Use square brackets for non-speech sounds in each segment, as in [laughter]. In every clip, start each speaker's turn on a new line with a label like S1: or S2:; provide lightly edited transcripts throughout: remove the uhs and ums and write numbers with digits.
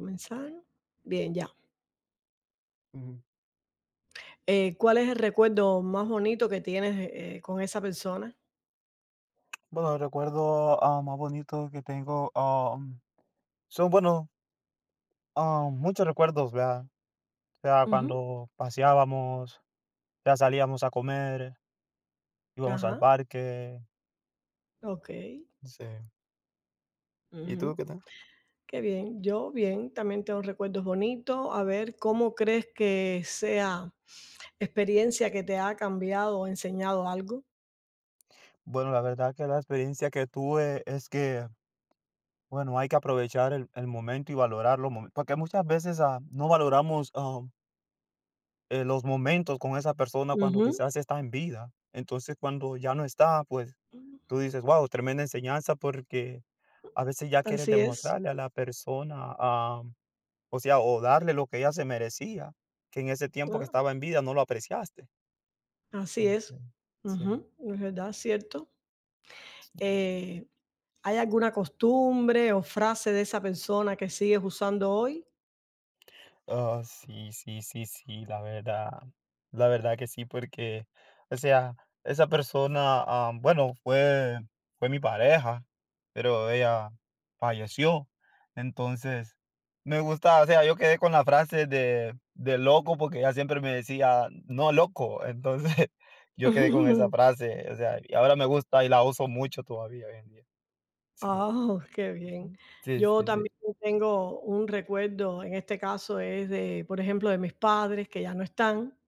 S1: Comenzar. Bien, ya.
S2: Ujú.
S1: ¿Cuál es el recuerdo más bonito que tienes, con esa persona?
S2: Bueno, recuerdo, más bonito que tengo, son, bueno, muchos recuerdos, ¿verdad? O sea,
S1: Ujú.
S2: cuando paseábamos, ya salíamos a comer, íbamos al
S1: Ajá.
S2: parque.
S1: Okey.
S2: Sí. ¿Y
S1: Ujú.
S2: tú qué tal?
S1: Qué bien. Yo, bien, también tengo recuerdos bonitos. A ver, ¿cómo crees que sea experiencia que te ha cambiado o enseñado algo?
S2: Bueno, la verdad que la experiencia que tuve es que, bueno, hay que aprovechar el momento y valorar los porque muchas veces no valoramos los momentos con esa persona cuando
S1: Ujú.
S2: quizás está en vida. Entonces, cuando ya no está, pues tú dices, wow, tremenda enseñanza porque a veces ya quieres
S1: Así es.
S2: demostrarle a la persona, o sea, o darle lo que ella se merecía, que en ese tiempo que
S1: Ah,
S2: estaba en vida no lo apreciaste.
S1: así es.
S2: Entonces, sí,
S1: Ujú. Es verdad, cierto.
S2: sí.
S1: Eh, ¿Hay alguna costumbre o frase de esa persona que sigues usando hoy?
S2: Oh, sí, sí, sí, sí, la verdad que sí, porque, o sea, esa persona, bueno, fue mi pareja, pero ella falleció. Entonces, me gusta, o sea, yo quedé con la frase de loco porque ella siempre me decía, no, loco. Entonces, [laughs]
S1: [laughs]
S2: yo quedé con esa
S1: Ujú.
S2: frase, o sea, y ahora me gusta y la uso mucho todavía hoy en día. Sí,
S1: Oh, qué bien.
S2: sí,
S1: Yo
S2: sí, sí.
S1: también tengo un recuerdo, en este caso es de, por ejemplo, de mis padres que ya no están,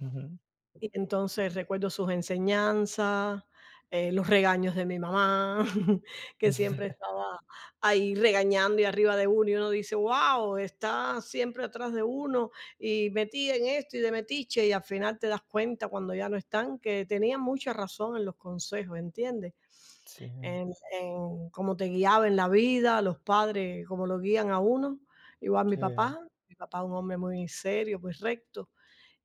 S2: Ujú.
S1: y entonces recuerdo sus enseñanzas, los regaños de mi mamá, [laughs] que siempre
S2: [laughs]
S1: estaba ahí regañando y arriba de uno, y uno dice, wow, está siempre atrás de uno y metida en esto y de metiche, y al final te das cuenta cuando ya no están que tenían mucha razón en los consejos, ¿entiendes?
S2: Sí,
S1: En cómo te guiaba en la vida, los padres, cómo lo guían a uno. Igual mi
S2: sí,
S1: papá, mi papá es un hombre muy serio, muy recto,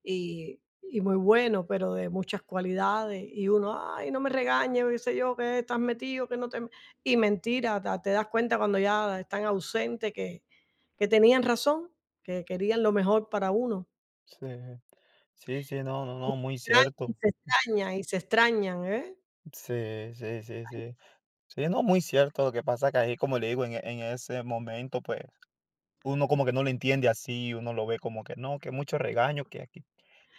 S1: y y muy bueno, pero de muchas cualidades. Y uno: "Ay, no me regañes", qué sé yo, que estás metido, que no te y mentira, ta te das cuenta cuando ya están ausentes que tenían razón, que querían lo mejor para uno.
S2: sí. Sí, sí, no, no, no, muy
S1: Y
S2: cierto.
S1: se extraña y se extrañan, ¿eh?
S2: Sí, sí, sí, sí. Sí, no, muy cierto. Lo que pasa que ahí, como le digo, en ese momento, pues, uno como que no lo entiende así, uno lo ve como que no, que mucho regaño que aquí.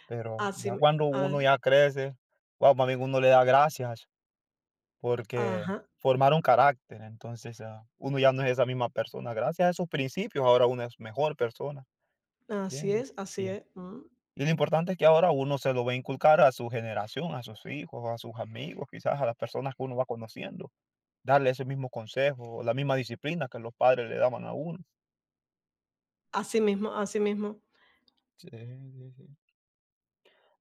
S2: Pero
S1: Así
S2: ya
S1: mi
S2: cuando
S1: a
S2: uno ya crece, wow, más bien uno le da gracias porque
S1: Ajá,
S2: formaron carácter. Entonces, uno ya no es esa misma persona. Gracias a esos principios, ahora uno es mejor persona, ¿entiendes?
S1: así
S2: Y
S1: es, mm.
S2: Y lo importante es que ahora uno se lo va a inculcar a su generación, a sus hijos, a sus amigos, quizás a las personas que uno va conociendo, darle ese mismo consejo, o la misma disciplina que los padres le daban a uno.
S1: Así mismo, así mismo.
S2: Sí, sí, sí.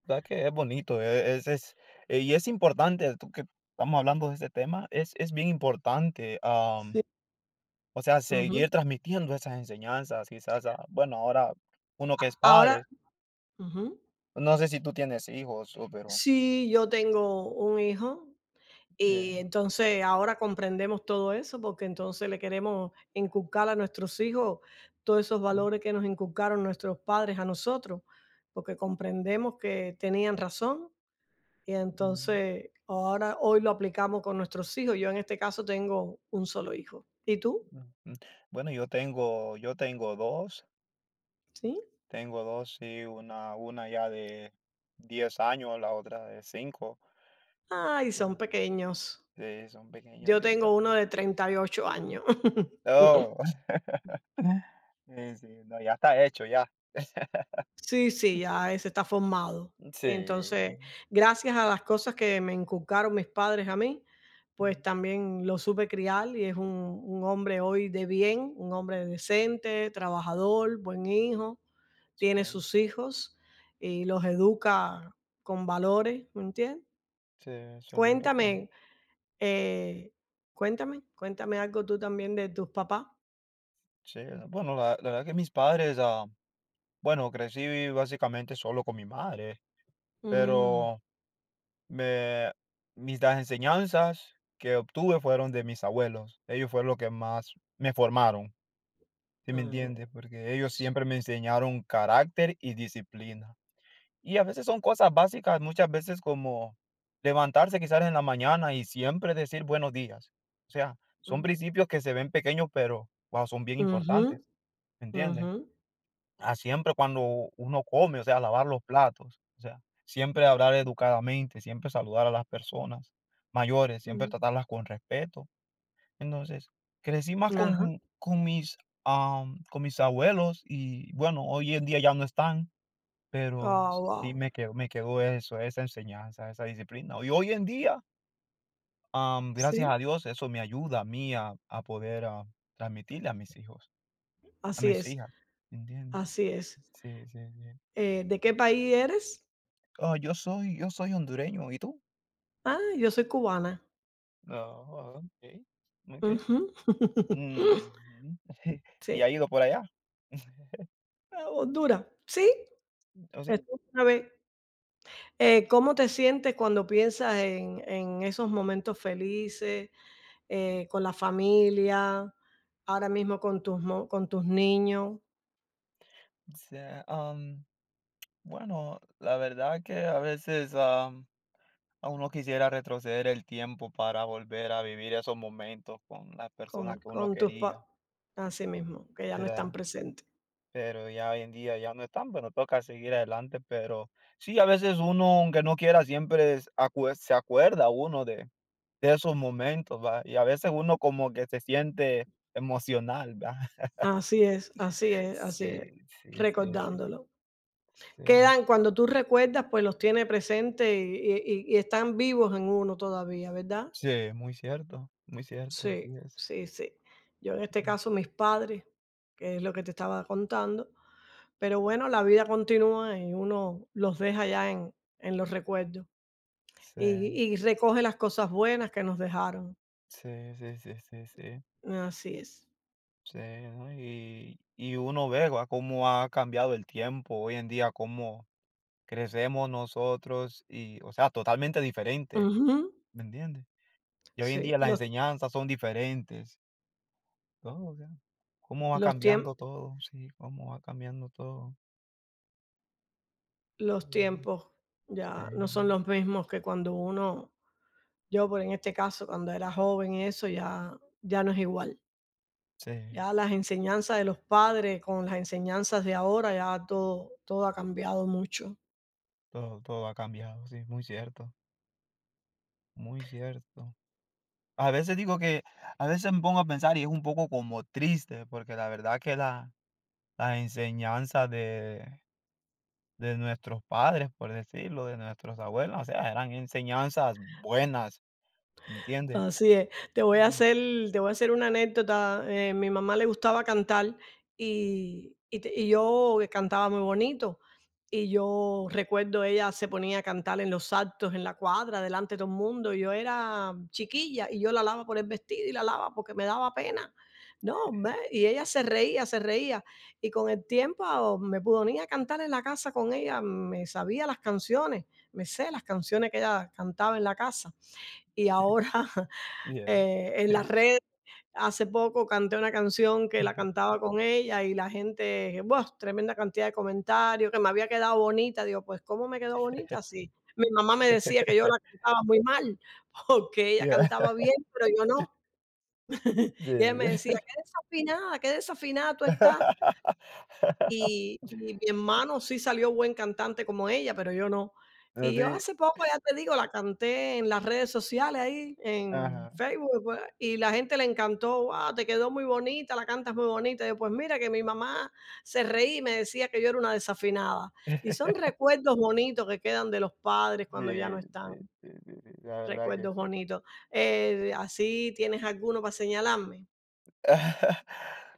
S2: ¿Verdad que es bonito? Es, y es importante, tú que estamos hablando de este tema, es bien importante,
S1: Sí.
S2: o sea,
S1: Ujú.
S2: seguir transmitiendo esas enseñanzas, quizás, bueno, ahora uno que es
S1: Ahora
S2: padre,
S1: Ujú.
S2: no sé si tú tienes hijos, pero...
S1: Sí, yo tengo un hijo
S2: eh,
S1: y entonces ahora comprendemos todo eso, porque entonces le queremos inculcar a nuestros hijos todos esos
S2: mm,
S1: valores que nos inculcaron nuestros padres a nosotros, porque comprendemos que tenían razón y
S2: mm.
S1: entonces ahora hoy lo aplicamos con nuestros hijos. Yo en este caso tengo un solo hijo. ¿Y tú?
S2: Ujú. Bueno, yo tengo yo tengo dos
S1: ¿Sí?
S2: tengo dos sí, una ya de 10 años, la otra de cinco.
S1: Ay, son
S2: Oh.
S1: pequeños.
S2: Sí, son pequeños
S1: Yo
S2: y
S1: tengo
S2: ya.
S1: uno de 38 años.
S2: No.
S1: [laughs]
S2: [laughs] Sí, sí, no, ya está hecho ya.
S1: Sí, sí, ya ese está formado.
S2: Sí.
S1: Entonces, gracias a las cosas que me inculcaron mis padres a mí, pues
S2: Ujú.
S1: también lo supe criar y es un hombre hoy de bien, un hombre decente, trabajador, buen hijo,
S2: Sí,
S1: tiene sus hijos y los educa con valores, ¿me entiendes?
S2: sí, eso es lo importante.
S1: Cuéntame, eh, cuéntame algo tú también de tus papás.
S2: Sí, bueno, la verdad que mis padres, bueno, crecí básicamente solo con mi madre,
S1: Mm,
S2: pero Me mis las enseñanzas que obtuve fueron de mis abuelos. Ellos fueron los que más me formaron, ¿sí me
S1: ah,
S2: entiendes? Porque ellos
S1: sí.
S2: siempre me enseñaron carácter y disciplina. Y a veces son cosas básicas, muchas veces como levantarse quizás en la mañana y siempre decir buenos días. O sea, son
S1: Mm.
S2: principios que se ven pequeños, pero, wow, son bien
S1: Ujú,
S2: importantes, ¿me entiendes?
S1: ujú,
S2: A Siempre cuando uno come, o sea, lavar los platos, o sea, siempre hablar educadamente, siempre saludar a las personas mayores, siempre
S1: mm,
S2: tratarlas con respeto. Entonces, crecí más
S1: ajá.
S2: con mis abuelos y bueno, hoy en día ya no están, pero
S1: Ah,
S2: sí
S1: wow.
S2: me quedó eso, esa enseñanza, esa disciplina. Y hoy en día, gracias
S1: Sí,
S2: a Dios, eso me ayuda a mí a poder transmitirle a mis hijos, a
S1: así
S2: mis
S1: es,
S2: hijas, ¿entiendes?
S1: así es.
S2: Sí, sí, sí.
S1: ¿De qué país eres?
S2: Yo soy hondureño, ¿y tú?
S1: Ah, yo soy cubana.
S2: No. Okey, okey.
S1: Ujú. [laughs]
S2: Ujú. [laughs] ¿Y
S1: Sí,
S2: ha ido por allá,
S1: ah, Honduras. Sí,
S2: o sí?
S1: estuve una vez. ¿Cómo te sientes cuando piensas en esos momentos felices, con la familia, ahora mismo con tus niños,
S2: sí sea, am, bueno, la verdad que a veces, a uno quisiera retroceder el tiempo para volver a vivir esos momentos con las
S1: con
S2: personas que
S1: con
S2: uno
S1: tus pa
S2: quería,
S1: así mismo, que ya no están
S2: ¿verdad?
S1: presentes?
S2: Pero ya hoy en día ya no están, bueno, toca seguir adelante, pero sí, a veces uno, aunque no quiera, siempre es acue se acuerda uno de esos momentos, ¿va? Y a veces uno como que se siente emocional, ¿va?
S1: Así es, así
S2: [laughs]
S1: es, así es,
S2: Sí, sí, sí, sí.
S1: recordándolo.
S2: Sí,
S1: Quedan cuando tú recuerdas, pues los tiene presente y están vivos en uno todavía, ¿verdad?
S2: sí, muy cierto, así
S1: Sí,
S2: es.
S1: sí, sí. Yo en este
S2: Mm,
S1: caso, mis padres, que es lo que te estaba contando, pero bueno, la vida continúa y uno los deja ya en los recuerdos
S2: sí,
S1: y recoge las cosas buenas que nos dejaron.
S2: sí, sí, sí, sí, sí,
S1: Así es.
S2: sí, ¿no? Y uno ve, ¿va? Cómo ha cambiado el tiempo hoy en día, cómo crecemos nosotros y, o sea, totalmente diferente,
S1: Ujú.
S2: ¿me entiendes? Y hoy en
S1: Sí,
S2: día las enseñanzas son diferentes, todo, o sea, cómo va
S1: los tiem
S2: cambiando todo, sí, cómo va cambiando todo.
S1: Los
S2: Ujú.
S1: tiempos ya no son
S2: Sí,
S1: los mismos que cuando uno yo, por en este caso, cuando era joven y eso, ya no es igual.
S2: sí,
S1: Ya las enseñanzas de los padres con las enseñanzas de ahora, ya todo ha cambiado mucho.
S2: todo, todo ha cambiado, sí, muy cierto, muy cierto. A veces digo que, a veces me pongo a pensar y es un poco como triste, porque la verdad que las enseñanzas de nuestros padres, por decirlo, de nuestros abuelos, o sea, eran enseñanzas buenas, ¿entiendes?
S1: Así es. Te voy a
S2: Mm.
S1: hacer te voy a hacer una anécdota, mi mamá le gustaba cantar y yo cantaba muy bonito, y yo recuerdo ella se ponía a cantar en los actos, en la cuadra, delante de todo el mundo, y yo era chiquilla, y yo la alaba por el vestido y la alaba porque me daba pena, ¿no? Ve, y ella se reía, y con el tiempo me ponía a cantar en la casa con ella, me sabía las canciones, me sé las canciones que ella cantaba en la casa, y ahora [laughs]
S2: Yeah.
S1: En las redes hace poco canté una canción que la cantaba con ella y la gente, ¡buah!, tremenda cantidad de comentarios, que me había quedado bonita. Digo, pues, ¿cómo me quedó bonita? Sí, mi mamá me decía que yo la
S2: [laughs]
S1: cantaba muy mal, [laughs] porque ella
S2: Yeah,
S1: cantaba bien, pero yo no. Y ella me
S2: sí, sí.
S1: decía: qué desafinada tú estás".
S2: [laughs]
S1: Y mi hermano sí salió buen cantante como ella, pero yo no.
S2: No,
S1: Y yo
S2: sí,
S1: hace poco, ya te digo, la canté en las redes sociales ahí, en
S2: ajá,
S1: Facebook, pues, y la gente le encantó: "Wow, te quedó muy bonita, la cantas muy bonita". Y yo: "Pues mira que mi mamá se reí, y me decía que yo era una desafinada". Y son recuerdos bonitos que quedan de los padres
S2: sí,
S1: cuando ya no
S2: sí,
S1: están,
S2: sí, sí, sí, la verdad que
S1: recuerdos
S2: sí.
S1: bonitos. ¿Así tienes alguno para señalarme?
S2: [laughs]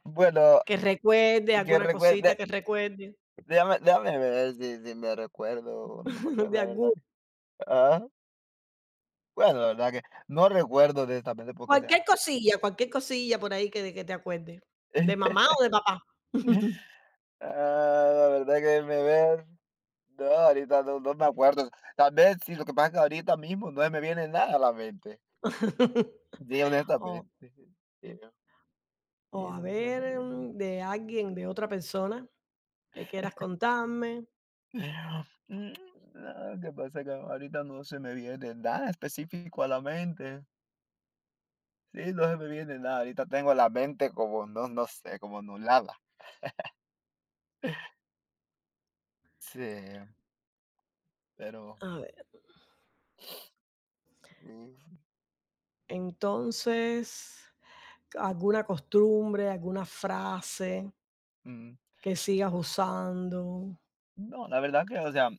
S2: Bueno,
S1: Que recuerde,
S2: yo
S1: alguna
S2: recuerdo,
S1: cosita que recuerde,
S2: déjame ver si me recuerdo, no me
S1: [laughs] de
S2: acuerdo, la verdad.
S1: alguno.
S2: Ajá. Bueno, la verdad que no recuerdo de esta vez porque, o sea,
S1: Cualquier cosilla por ahí que te acuerdes,
S2: [laughs]
S1: ¿de mamá o de papá?
S2: la verdad que no, ahorita no me acuerdo. Tal vez si lo que pasa es que ahorita mismo no se me viene nada a la mente.
S1: [laughs]
S2: Sí,
S1: O
S2: honestamente. Sí, sí,
S1: o a
S2: no se me
S1: ver,
S2: viene.
S1: de alguien, de otra persona que quieras contarme.
S2: [laughs] Mm, no, ¿qué pasa? Que ahorita no se me viene nada específico a la mente. Sí, no se me viene nada. Ahorita tengo la mente como, no, no sé, como nublada. Sí, pero,
S1: A ver,
S2: mm,
S1: entonces, alguna costumbre, alguna frase
S2: mm,
S1: que sigas usando.
S2: no, la verdad que, o sea,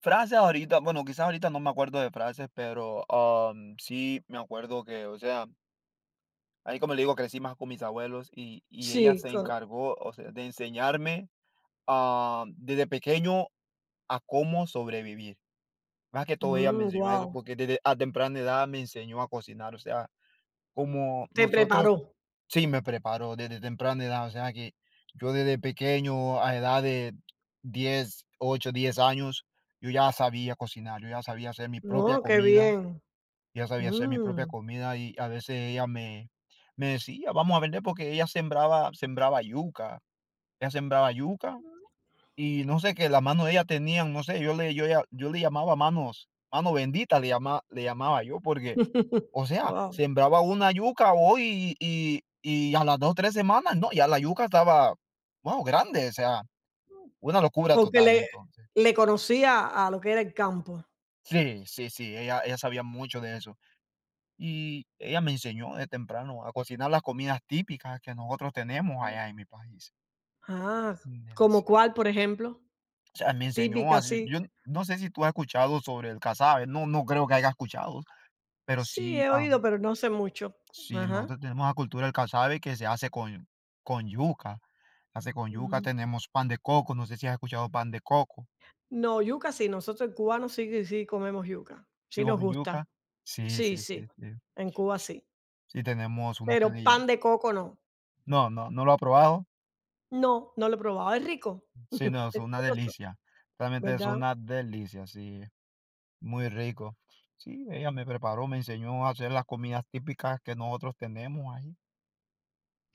S2: frases ahorita, bueno, quizás ahorita no me acuerdo de frases, pero sí me acuerdo que, o sea, ahí como le digo, crecí más con mis abuelos y ella
S1: Sí,
S2: se encargó, o sea, de enseñarme desde pequeño a cómo sobrevivir. Más que todo ella me enseñó
S1: guau,
S2: eso porque desde a temprana edad me enseñó a cocinar, o sea, como
S1: te
S2: nosotros.
S1: preparó.
S2: Sí, me preparo desde temprana edad, o sea que yo desde pequeño, a edad de 10, 8, 10 años, yo ya sabía cocinar, yo ya sabía hacer mi propia
S1: No, qué
S2: comida,
S1: bien.
S2: ya sabía hacer mi propia
S1: Mm.
S2: comida y a veces ella me, me decía, vamos a vender porque ella sembraba yuca, ella sembraba yuca y no sé que las manos de ella tenían, no sé, yo le llamaba manos, mano bendita le llamaba yo porque o
S1: [laughs]
S2: sea,
S1: Guau.
S2: sembraba una yuca hoy y a las 2, 3 semanas, no, ya la yuca estaba, wow, grande, o sea, una locura
S1: Porque
S2: total,
S1: le
S2: entonces.
S1: le conocía a lo que era el campo.
S2: Sí, sí, sí, ella sabía mucho de eso. Y ella me enseñó de temprano a cocinar las comidas típicas que nosotros tenemos allá en mi país.
S1: Ah,
S2: ¿Entiendes?
S1: ¿como
S2: Sí.
S1: cuál, por ejemplo?
S2: O sea, me enseñó
S1: Típica,
S2: así,
S1: sí.
S2: no sé si tú has escuchado sobre el casabe, no creo que hayas escuchado, pero
S1: Sí,
S2: sí,
S1: he
S2: ah.
S1: oído, pero no sé mucho.
S2: Sí,
S1: Ajá.
S2: nosotros tenemos la cultura del casabe que se hace con yuca. Se hace con yuca,
S1: Mm.
S2: tenemos pan de coco, no sé si has escuchado pan de coco.
S1: No, yuca sí, nosotros cubanos sí que sí comemos yuca,
S2: ¿Sí
S1: sí nos
S2: comen
S1: gusta.
S2: yuca? Sí,
S1: Sí,
S2: sí, sí,
S1: sí,
S2: sí.
S1: en Cuba
S2: Sí,
S1: sí,
S2: sí tenemos uno
S1: pero
S2: que día.
S1: pan de coco no.
S2: No, no, no lo ha probado.
S1: No, no lo he probado, ¿es rico?
S2: Sí,
S1: [laughs]
S2: no, es
S1: Es
S2: una
S1: sabroso,
S2: delicia. Realmente es
S1: ¿verdad?
S2: una delicia, sí, muy rico. Sí, ella me preparó, me enseñó a hacer las comidas típicas que nosotros tenemos ahí.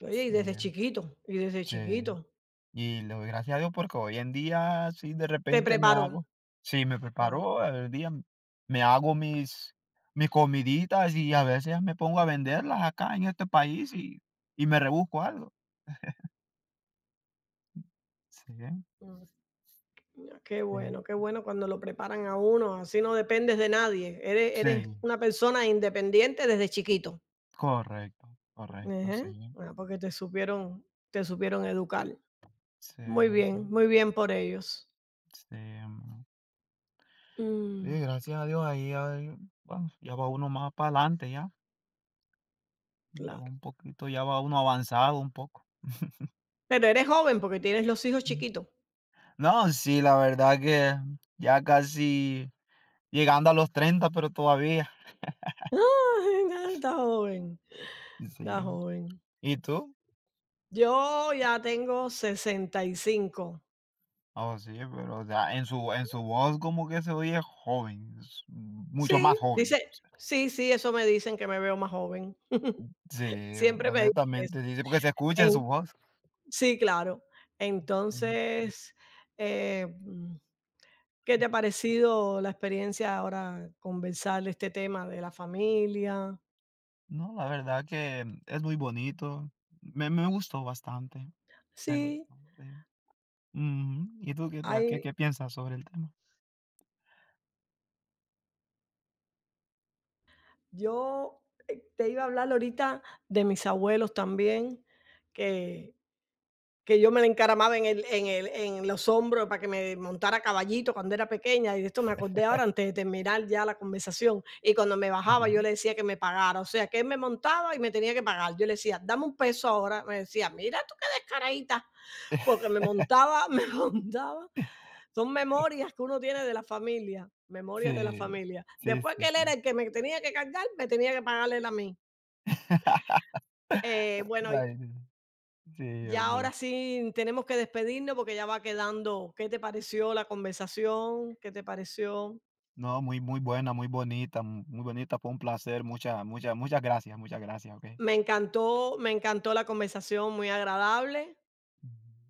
S1: Oye, y
S2: Sí,
S1: desde chiquito, y desde
S2: sí.
S1: chiquito.
S2: Y le doy gracias a Dios porque hoy en día, sí, de
S1: Te
S2: repente me
S1: preparó.
S2: hago sí, me
S1: Ah,
S2: preparo el día, me hago mis comiditas y a veces me pongo a venderlas acá en este país y me rebusco algo. Sí,
S1: mm.
S2: sí,
S1: Qué bueno cuando lo preparan a uno, así no dependes de nadie, eres
S2: sí,
S1: una persona independiente desde chiquito.
S2: correcto, correcto,
S1: Ajá.
S2: sí,
S1: Ah, porque te supieron educar.
S2: sí, sí,
S1: Muy bien por ellos.
S2: sí, mm, sí,
S1: Mm,
S2: gracias a Dios ahí ahí, bueno, ya va uno más para adelante ya, ya va
S1: claro.
S2: un poquito, ya va uno avanzado un poco.
S1: Pero eres joven porque tienes los hijos chiquitos.
S2: No, sí, la verdad que ya casi llegando a los 30 pero todavía.
S1: [laughs] Ay, nada, está joven, está
S2: Sí.
S1: joven.
S2: ¿Y tú?
S1: Yo ya tengo 65.
S2: Oh, sí, pero, o sea, en su voz como que se oye joven, s mucho
S1: Sí,
S2: más joven.
S1: dice sí, sí, eso me dicen que me veo más joven. [laughs]
S2: Sí,
S1: Siempre me dicen eso.
S2: honestamente, sí, sí, porque se escucha en su
S1: En
S2: voz.
S1: Sí, claro.
S2: Sí.
S1: Entonces, eh, mm, ¿qué te ha parecido la experiencia ahora conversar de este tema de la familia?
S2: No, la verdad que es muy bonito. Me gustó bastante, me
S1: Sí,
S2: gustó, sí. Ujú. ¿Y tú qué tal? ¿Qué
S1: hay
S2: qué piensas sobre el tema?
S1: yo, te iba a hablar ahorita de mis abuelos también, que que yo me la encaramaba en el en el en los hombros para que me montara a caballito cuando era pequeña, y de esto me acordé ahora antes de terminar ya la conversación, y cuando me bajaba yo le decía que me pagara, o sea, que él me montaba y me tenía que pagar, yo le decía: "Dame un peso ahora", me decía: "Mira tú qué descaradita", porque me montaba [laughs] me montaba. Son
S2: [laughs]
S1: memorias que uno tiene de la familia, memorias de la
S2: Sí,
S1: familia.
S2: sí,
S1: Después
S2: sí,
S1: que él
S2: sí.
S1: era el que me tenía que cargar, me tenía que pagar él a mí.
S2: [laughs]
S1: Bueno,
S2: Vaya, sí,
S1: ya ahora
S2: hombre.
S1: sí tenemos que despedirnos porque ya va quedando. ¿Qué te pareció la conversación? ¿Qué te pareció?
S2: No, muy, muy buena, muy bonita, muy bonita. Fue un placer. Muchas, muchas, muchas gracias, ¿ok?
S1: Me encantó la conversación, muy agradable.
S2: Ujú.